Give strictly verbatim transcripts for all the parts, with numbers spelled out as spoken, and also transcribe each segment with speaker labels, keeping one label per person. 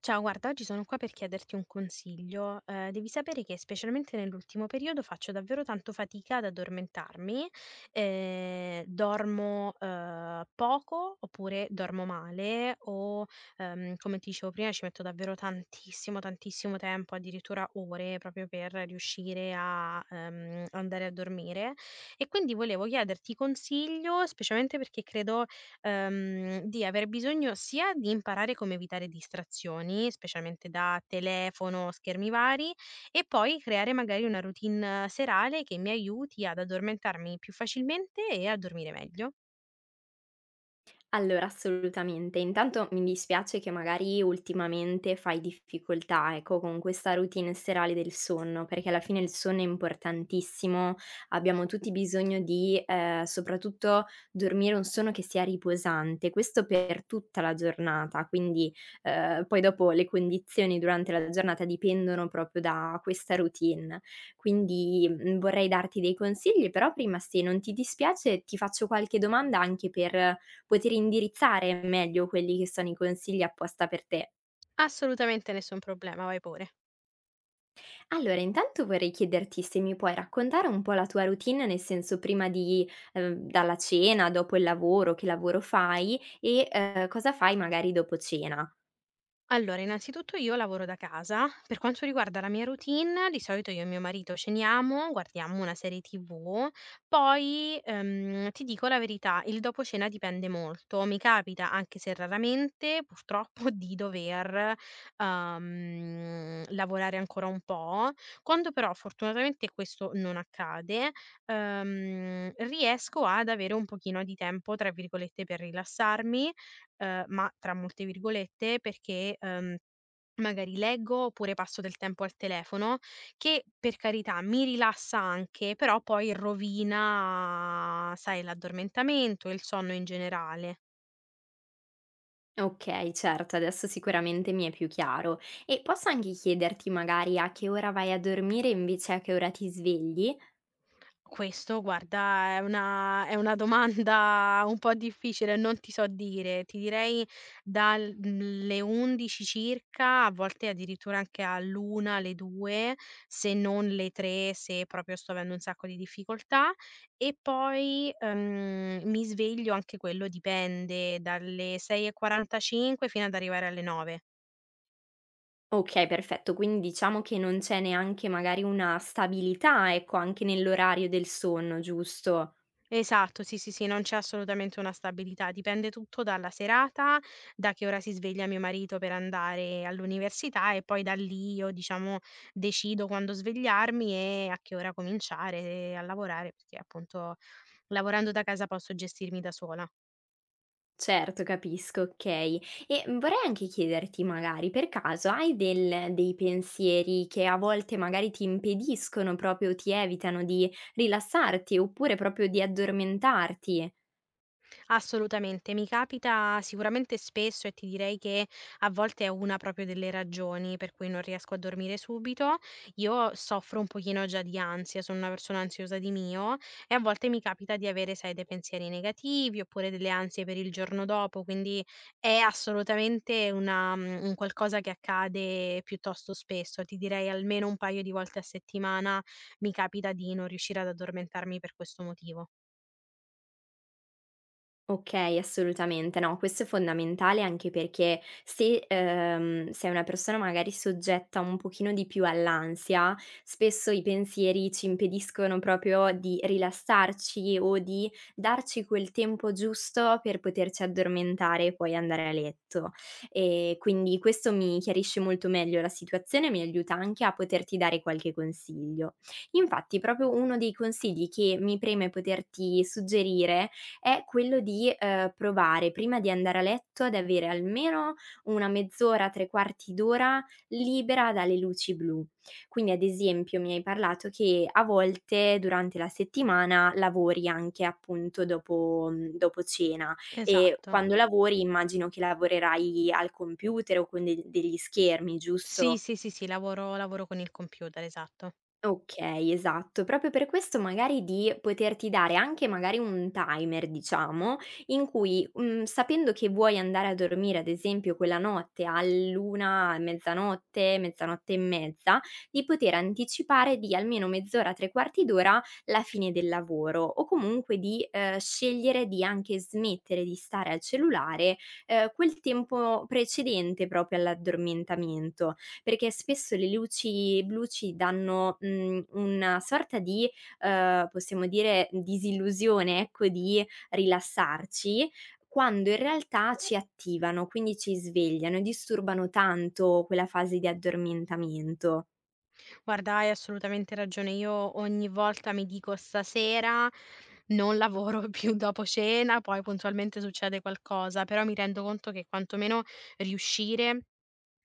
Speaker 1: Ciao, guarda, oggi sono qua per chiederti un consiglio. Eh, devi sapere che specialmente nell'ultimo periodo faccio davvero tanto fatica ad addormentarmi, eh, dormo eh, poco oppure dormo male o, ehm, come ti dicevo prima, ci metto davvero tantissimo, tantissimo tempo, addirittura ore proprio per riuscire a ehm, andare a dormire. E quindi volevo chiederti consiglio, specialmente perché credo Ehm, di aver bisogno sia di imparare come evitare distrazioni, specialmente da telefono, schermi vari, e poi creare magari una routine serale che mi aiuti ad addormentarmi più facilmente e a dormire meglio.
Speaker 2: Allora, assolutamente. Intanto mi dispiace che magari ultimamente fai difficoltà, ecco, con questa routine serale del sonno, perché alla fine il sonno è importantissimo, abbiamo tutti bisogno di, ehm, soprattutto dormire un sonno che sia riposante, questo per tutta la giornata, quindi, ehm, poi dopo le condizioni durante la giornata dipendono proprio da questa routine. Quindi, mhmm, vorrei darti dei consigli, però prima, se non ti dispiace, ti faccio qualche domanda anche per puoi indirizzare meglio quelli che sono i consigli apposta per te.
Speaker 1: Assolutamente nessun problema, vai pure.
Speaker 2: Allora, intanto vorrei chiederti se mi puoi raccontare un po' la tua routine, nel senso prima di ehm, dalla cena, dopo il lavoro, che lavoro fai e eh, cosa fai magari dopo cena.
Speaker 1: Allora, innanzitutto io lavoro da casa. Per quanto riguarda la mia routine, di solito io e mio marito ceniamo, guardiamo una serie T V, poi, ehm, ti dico la verità, il dopo cena dipende molto. Mi capita, anche se raramente, purtroppo, di dover, ehm, lavorare ancora un po'. Quando però fortunatamente questo non accade, ehm, riesco ad avere un pochino di tempo, tra virgolette, per rilassarmi Ehm, "Ma" tra molte virgolette, perché, ehm, magari leggo oppure passo del tempo al telefono, che per carità mi rilassa anche, però poi rovina, sai, l'addormentamento e il sonno in generale.
Speaker 2: Okay, certo, adesso sicuramente mi è più chiaro. E posso anche chiederti magari a che ora vai a dormire invece a che ora ti svegli?
Speaker 1: Questo guarda è una è una domanda un po' difficile, non ti so dire. Ti direi dal mhmm, le undici circa, a volte addirittura anche all'una, alle due, se non le tre se proprio sto avendo un sacco di difficoltà. E poi, ehm, mi sveglio, anche quello dipende, dalle sei e quarantacinque fino ad arrivare alle nove.
Speaker 2: Okay, perfetto, quindi diciamo che non c'è neanche magari una stabilità, ecco, anche nell'orario del sonno, giusto?
Speaker 1: Esatto, sì, sì, sì, non c'è assolutamente una stabilità, dipende tutto dalla serata, da che ora si sveglia mio marito per andare all'università e poi da lì io, diciamo, decido quando svegliarmi e a che ora cominciare a lavorare, perché appunto lavorando da casa posso gestirmi da sola.
Speaker 2: Certo, capisco, okay. E mhmm, vorrei anche chiederti magari, per caso hai del dei pensieri che a volte magari ti impediscono, proprio ti evitano di rilassarti, oppure proprio di addormentarti?
Speaker 1: Assolutamente, mi capita sicuramente spesso e ti direi che a volte è una proprio delle ragioni per cui non riesco a dormire subito. Io soffro un pochino già di ansia, sono una persona ansiosa di mio e a volte mi capita di avere, sai, dei pensieri negativi oppure delle ansie per il giorno dopo, quindi è assolutamente una, mm, un qualcosa che accade piuttosto spesso. Ti direi almeno un paio di volte a settimana mi capita di non riuscire ad addormentarmi per questo motivo.
Speaker 2: Okay, assolutamente. No, questo è fondamentale anche perché se, ehm, sei una persona magari soggetta un pochino di più all'ansia, spesso i pensieri ci impediscono proprio di rilassarci o di darci quel tempo giusto per poterci addormentare e poi andare a letto. Ehm, quindi questo mi chiarisce molto meglio la situazione e mi aiuta anche a poterti dare qualche consiglio. Infatti proprio uno dei consigli che mi preme poterti suggerire è quello di, ehm, provare prima di andare a letto ad avere almeno una mezz'ora, tre quarti d'ora libera dalle luci blu. Quindi ad esempio mi hai parlato che a volte durante la settimana lavori anche appunto dopo mhmm, dopo cena e
Speaker 1: Esatto.
Speaker 2: quando lavori immagino che lavorerai al computer o con del degli schermi,
Speaker 1: Sì,
Speaker 2: giusto?
Speaker 1: sì, sì, sì, lavoro lavoro con il computer, esatto.
Speaker 2: Okay, esatto. Proprio per questo magari di poterti dare anche magari un timer, diciamo, in cui, mhmm, sapendo che vuoi andare a dormire, ad esempio, quella notte all'una, mezzanotte, mezzanotte e mezza, di poter anticipare di almeno mezz'ora, tre quarti d'ora la fine del lavoro o comunque di, ehm, scegliere di anche smettere di stare al cellulare, ehm, quel tempo precedente proprio all'addormentamento, perché spesso le luci blu ci danno, mhmm, una sorta di, ehm, possiamo dire disillusione, ecco, di rilassarci, quando in realtà ci attivano, quindi ci svegliano e disturbano tanto quella fase di addormentamento.
Speaker 1: Guarda, hai assolutamente ragione. Io ogni volta mi dico: "Stasera non lavoro più dopo cena", poi puntualmente succede qualcosa, però mi rendo conto che quantomeno riuscire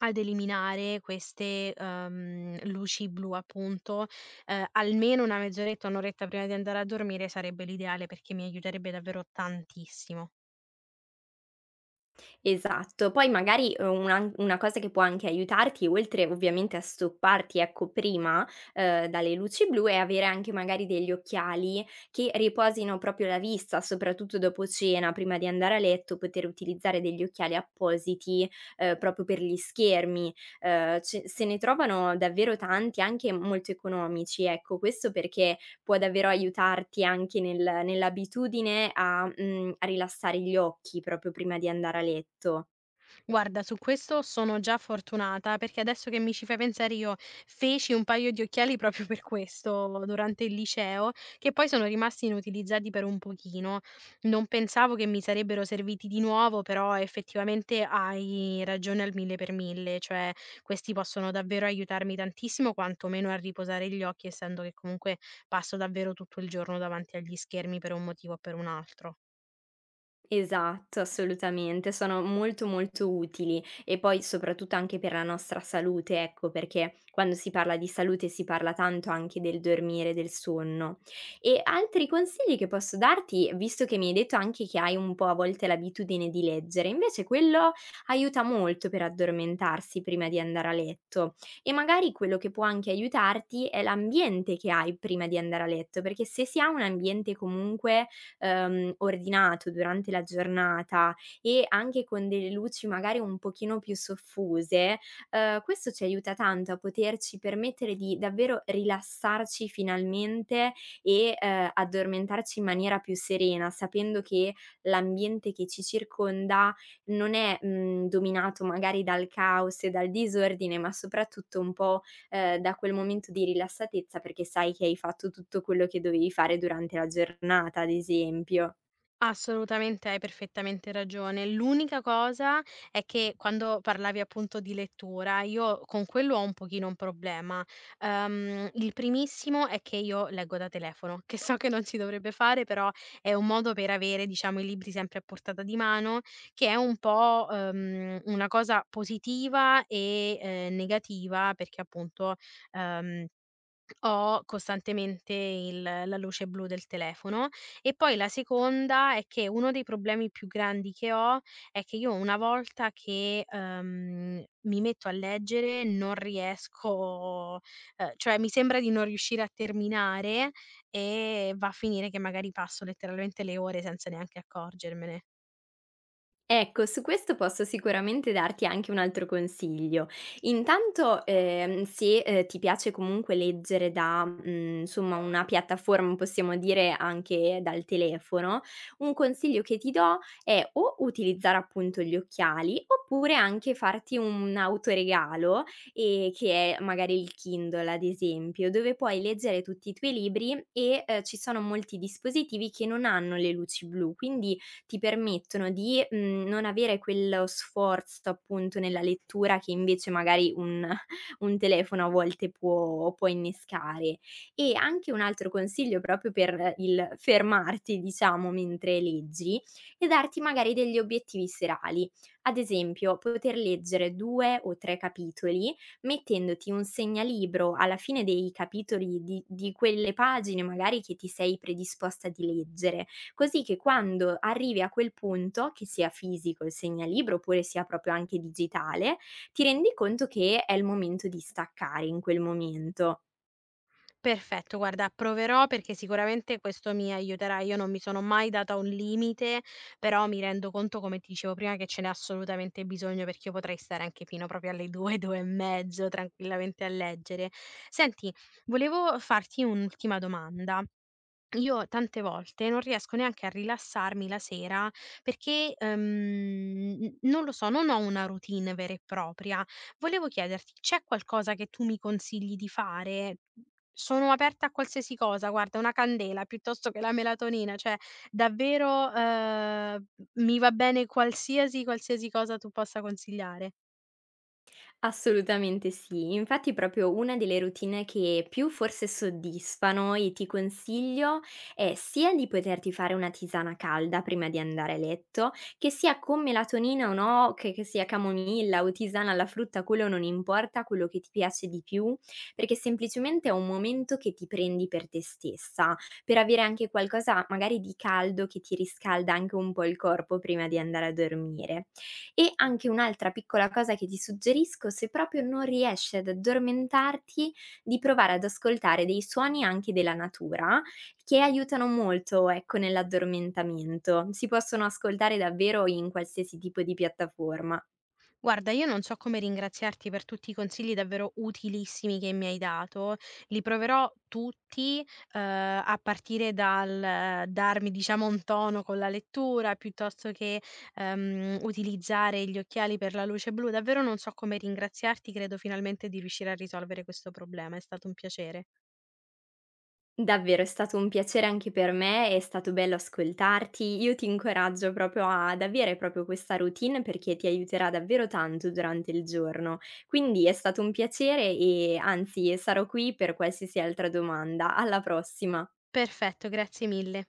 Speaker 1: ad eliminare queste, uhm, luci blu appunto, ehm, almeno una mezz'oretta, un oretta prima di andare a dormire sarebbe l'ideale perché mi aiuterebbe davvero tantissimo.
Speaker 2: Esatto. Poi magari, uhm, una una cosa che può anche aiutarti, oltre ovviamente a stopparti, ecco, prima, uhm, dalle luci blu, è avere anche magari degli occhiali che riposino proprio la vista, soprattutto dopo cena, prima di andare a letto, poter utilizzare degli occhiali appositi, uhm, proprio per gli schermi. Uhm, ce se ne trovano davvero tanti, anche molto economici, ecco. Questo perché può davvero aiutarti anche nel nell'abitudine a mhmm, a rilassare gli occhi proprio prima di andare a letto.
Speaker 1: Guarda, su questo sono già fortunata, perché adesso che mi ci fai pensare io feci un paio di occhiali proprio per questo durante il liceo, che poi sono rimasti inutilizzati per un pochino. Non pensavo che mi sarebbero serviti di nuovo, però effettivamente hai ragione al mille per mille, cioè questi possono davvero aiutarmi tantissimo, quantomeno a riposare gli occhi, essendo che comunque passo davvero tutto il giorno davanti agli schermi per un motivo o per un altro.
Speaker 2: Esatto, assolutamente. Sono molto, molto utili e poi soprattutto anche per la nostra salute, ecco, perché quando si parla di salute si parla tanto anche del dormire, del sonno. E altri consigli che posso darti, visto che mi hai detto anche che hai un po' a volte l'abitudine di leggere, invece quello aiuta molto per addormentarsi prima di andare a letto, e magari quello che può anche aiutarti è l'ambiente che hai prima di andare a letto, perché se si ha un ambiente comunque ehm, ordinato durante la giornata e anche con delle luci magari un pochino più soffuse, ehm, questo ci aiuta tanto a poterci permettere di davvero rilassarci finalmente e, ehm, addormentarci in maniera più serena, sapendo che l'ambiente che ci circonda non è, mhmm, dominato magari dal caos e dal disordine, ma soprattutto un po' ehm, da quel momento di rilassatezza, perché sai che hai fatto tutto quello che dovevi fare durante la giornata, ad esempio.
Speaker 1: Assolutamente, hai perfettamente ragione. L'unica cosa è che quando parlavi appunto di lettura, io con quello ho un pochino un problema. Ehm, il primissimo è che io leggo da telefono, che so che non si dovrebbe fare, però è un modo per avere, diciamo, i libri sempre a portata di mano, che è un po', ehm, una cosa positiva e, eh, negativa, perché appunto, ehm Ho costantemente il la luce blu del telefono e poi la seconda è che uno dei problemi più grandi che ho è che io una volta che, ehm, mi metto a leggere non riesco ehm, cioè mi sembra di non riuscire a terminare e va a finire che magari passo letteralmente le ore senza neanche accorgermene.
Speaker 2: Ecco, su questo posso sicuramente darti anche un altro consiglio. Intanto, ehm, se, ehm, ti piace comunque leggere da, mhmm, insomma una piattaforma, possiamo dire anche dal telefono, un consiglio che ti do è o utilizzare appunto gli occhiali, oppure anche farti un autoregalo, ehm, che è magari il Kindle ad esempio, dove puoi leggere tutti i tuoi libri e, ehm, ci sono molti dispositivi che non hanno le luci blu, quindi ti permettono di, mhmm, non avere quello sforzo appunto nella lettura che invece magari un un telefono a volte può può innescare. E anche un altro consiglio proprio per il fermarti diciamo mentre leggi, è darti magari degli obiettivi serali. Ad esempio, poter leggere due o tre capitoli, mettendoti un segnalibro alla fine dei capitoli di di quelle pagine magari che ti sei predisposta di leggere, così che quando arrivi a quel punto, che sia fisico il segnalibro oppure sia proprio anche digitale, ti rendi conto che è il momento di staccare in quel momento.
Speaker 1: Perfetto, guarda, proverò perché sicuramente questo mi aiuterà. Io non mi sono mai data un limite, però mi rendo conto, come ti dicevo prima, che ce n'è assolutamente bisogno perché io potrei stare anche fino proprio alle due, due e mezzo tranquillamente a leggere. Senti, volevo farti un'ultima domanda. Io tante volte non riesco neanche a rilassarmi la sera perché, ehm, n non lo so, non ho una routine vera e propria. Volevo chiederti, c'è qualcosa che tu mi consigli di fare? Sono aperta a qualsiasi cosa, guarda, una candela piuttosto che la melatonina, cioè davvero, ehm, mi va bene qualsiasi qualsiasi cosa tu possa consigliare.
Speaker 2: Assolutamente sì. Infatti proprio una delle routine che più forse soddisfano e ti consiglio è sia di poterti fare una tisana calda prima di andare a letto, che sia con melatonina o no, che, che sia camomilla o tisana alla frutta, quello non importa, quello che ti piace di più, perché semplicemente è un momento che ti prendi per te stessa, per avere anche qualcosa magari di caldo che ti riscalda anche un po' il corpo prima di andare a dormire. E anche un'altra piccola cosa che ti suggerisco, se proprio non riesci ad addormentarti, di provare ad ascoltare dei suoni anche della natura, che aiutano molto, ecco, nell'addormentamento. Si possono ascoltare davvero in qualsiasi tipo di piattaforma.
Speaker 1: Guarda, io non so come ringraziarti per tutti i consigli davvero utilissimi che mi hai dato. Li proverò tutti, eh, a partire dal eh, darmi, diciamo, un tono con la lettura, piuttosto che ehm, utilizzare gli occhiali per la luce blu. Davvero non so come ringraziarti, credo finalmente di riuscire a risolvere questo problema. È stato un piacere.
Speaker 2: Davvero, è stato un piacere anche per me, è stato bello ascoltarti. Io ti incoraggio proprio ad avere proprio questa routine perché ti aiuterà davvero tanto durante il giorno. Quindi è stato un piacere e anzi sarò qui per qualsiasi altra domanda. Alla prossima.
Speaker 1: Perfetto, grazie mille.